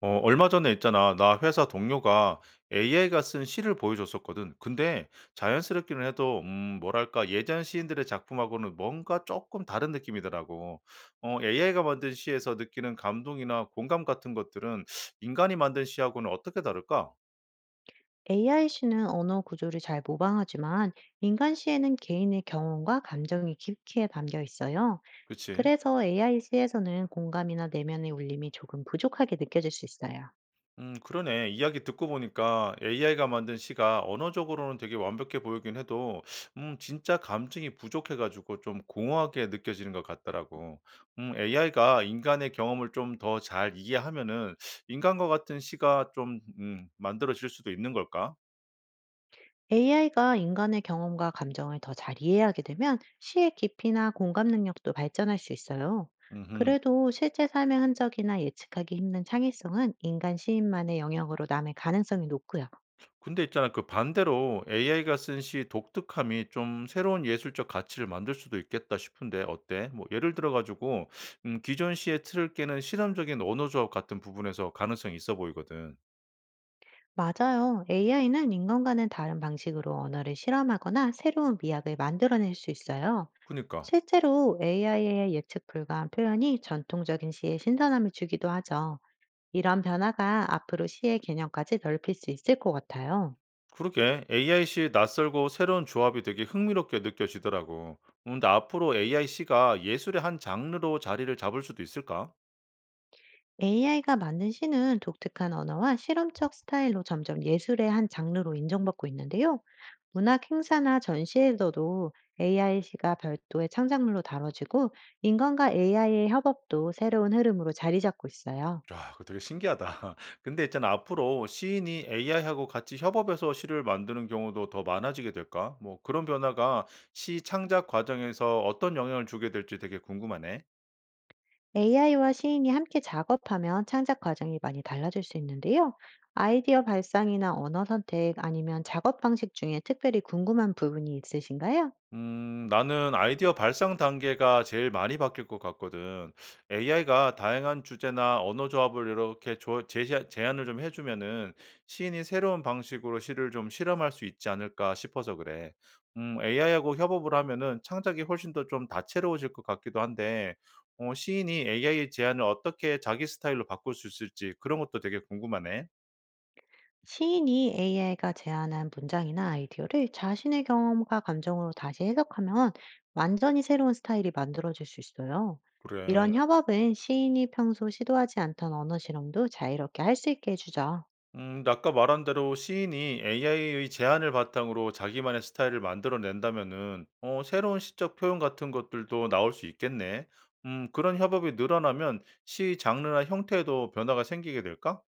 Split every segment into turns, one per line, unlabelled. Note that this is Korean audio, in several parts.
얼마 전에 있잖아. 나 회사 동료가 AI가 쓴 시를 보여줬었거든. 근데 자연스럽기는 해도, 뭐랄까, 예전 시인들의 작품하고는 뭔가 조금 다른 느낌이더라고. AI가 만든 시에서 느끼는 감동이나 공감 같은 것들은 인간이 만든 시하고는 어떻게 다를까?
AI 시는 언어 구조를 잘 모방하지만 인간 시에는 개인의 경험과 감정이 깊게 담겨 있어요.
그치?
그래서 AI 시에서는 공감이나 내면의 울림이 조금 부족하게 느껴질 수 있어요.
그러네. 이야기 듣고 보니까 AI가 만든 시가 언어적으로는 되게 완벽해 보이긴 해도, 진짜 감정이 부족해가지고 좀 공허하게 느껴지는 것 같더라고. AI가 인간의 경험을 좀 더 잘 이해하면은 인간과 같은 시가 좀, 만들어질 수도 있는 걸까?
AI가 인간의 경험과 감정을 더 잘 이해하게 되면 시의 깊이나 공감 능력도 발전할 수 있어요. 그래도 실제 삶의 흔적이나 예측하기 힘든 창의성은 인간 시인만의 영역으로 남을 가능성이 높고요.
근데 있잖아, 그 반대로 'AI가 쓴 시 독특함이 좀 새로운 예술적 가치를 만들 수도 있겠다.' 싶은데 어때? 뭐 예를 들어 가지고 기존 시의 틀을 깨는 실험적인 언어 조합 같은 부분에서 가능성이 있어 보이거든.
맞아요. AI는 인간과는 다른 방식으로 언어를 실험하거나 새로운 미학을 만들어낼 수 있어요.
그니까.
실제로 AI의 예측 불가한 표현이 전통적인 시에 신선함을 주기도 하죠. 이런 변화가 앞으로 시의 개념까지 넓힐 수 있을 것 같아요.
그러게. AI 시의 낯설고 새로운 조합이 되게 흥미롭게 느껴지더라고. 근데 앞으로 AI 시가 예술의 한 장르로 자리를 잡을 수도 있을까?
AI가 만든 시는 독특한 언어와 실험적 스타일로 점점 예술의 한 장르로 인정받고 있는데요. 문학 행사나 전시에서도 AI 시가 별도의 창작물로 다뤄지고, 인간과 AI의 협업도 새로운 흐름으로 자리 잡고 있어요.
아, 그거 되게 신기하다. 근데 있잖아, 앞으로 시인이 AI하고 같이 협업해서 시를 만드는 경우도 더 많아지게 될까? 뭐 그런 변화가 시 창작 과정에서 어떤 영향을 주게 될지 되게 궁금하네.
AI와 시인이 함께 작업하면 창작 과정이 많이 달라질 수 있는데요. 아이디어 발상이나 언어 선택, 아니면 작업 방식 중에 특별히 궁금한 부분이 있으신가요?
나는 아이디어 발상 단계가 제일 많이 바뀔 것 같거든. AI가 다양한 주제나 언어 조합을 이렇게 제안을 좀 해주면은 시인이 새로운 방식으로 시를 좀 실험할 수 있지 않을까 싶어서 그래. AI하고 협업을 하면은 창작이 훨씬 더 좀 다채로워질 것 같기도 한데, 시인이 AI의 제안을 어떻게 자기 스타일로 바꿀 수 있을지 그런 것도 되게 궁금하네.
시인이 AI가 제안한 문장이나 아이디어를 자신의 경험과 감정으로 다시 해석하면 완전히 새로운 스타일이 만들어질 수 있어요.
그래.
이런 협업은 시인이 평소 시도하지 않던 언어 실험도 자유롭게 할 수 있게 해주죠.
아까 말한 대로 시인이 AI의 제안을 바탕으로 자기만의 스타일을 만들어낸다면은, 새로운 시적 표현 같은 것들도 나올 수 있겠네. 그런 협업이 늘어나면 시 장르나 형태에도 변화가 생기게 될까?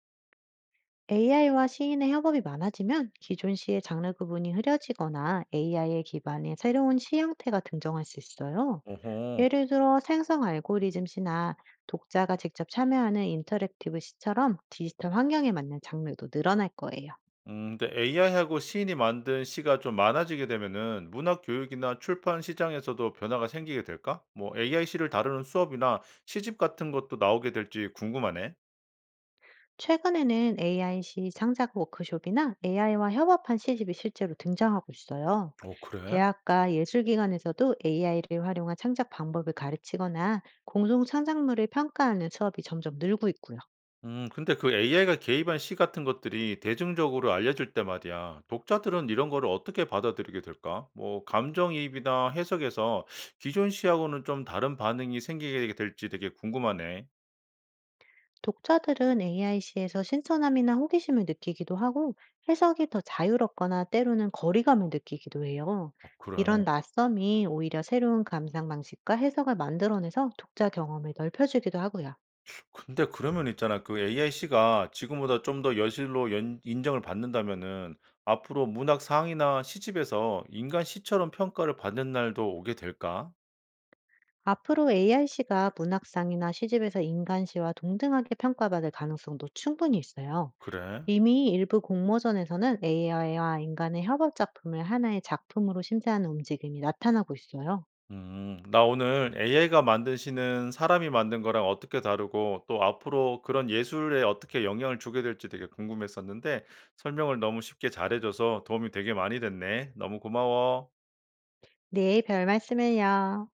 AI와 시인의 협업이 많아지면 기존 시의 장르 구분이 흐려지거나 AI의 기반의 새로운 시 형태가 등장할 수 있어요.
어허.
예를 들어 생성 알고리즘 시나 독자가 직접 참여하는 인터랙티브 시처럼 디지털 환경에 맞는 장르도 늘어날 거예요.
근데 AI하고 시인이 만든 시가 좀 많아지게 되면은 문학 교육이나 출판 시장에서도 변화가 생기게 될까? 뭐 AI 시를 다루는 수업이나 시집 같은 것도 나오게 될지 궁금하네.
최근에는 AI 시 창작 워크숍이나 AI와 협업한 시집이 실제로 등장하고 있어요.
어, 그래?
대학과 예술기관에서도 AI를 활용한 창작 방법을 가르치거나 공동 창작물을 평가하는 수업이 점점 늘고 있고요.
근데 그 AI가 개입한 시 같은 것들이 대중적으로 알려질 때 말이야. 독자들은 이런 거를 어떻게 받아들이게 될까? 뭐, 감정이입이나 해석에서 기존 시하고는 좀 다른 반응이 생기게 될지 되게 궁금하네.
독자들은 AIC에서 신선함이나 호기심을 느끼기도 하고, 해석이 더 자유롭거나 때로는 거리감을 느끼기도 해요.
아, 그래.
이런 낯섦이 오히려 새로운 감상 방식과 해석을 만들어내서 독자 경험을 넓혀주기도 하고요.
근데 그러면 있잖아. 그 AIC가 지금보다 좀 더 여실로 인정을 받는다면은 앞으로 문학 상이나 시집에서 인간 시처럼 평가를 받는 날도 오게 될까?
앞으로 AIC가 문학상이나 시집에서 인간시와 동등하게 평가받을 가능성도 충분히 있어요.
그래.
이미 일부 공모전에서는 AI와 인간의 협업 작품을 하나의 작품으로 심사하는 움직임이 나타나고 있어요.
음. 나 오늘 AI가 만든 시는 사람이 만든 거랑 어떻게 다르고 또 앞으로 그런 예술에 어떻게 영향을 주게 될지 되게 궁금했었는데 설명을 너무 쉽게 잘해줘서 도움이 되게 많이 됐네. 너무 고마워.
네, 별 말씀을요.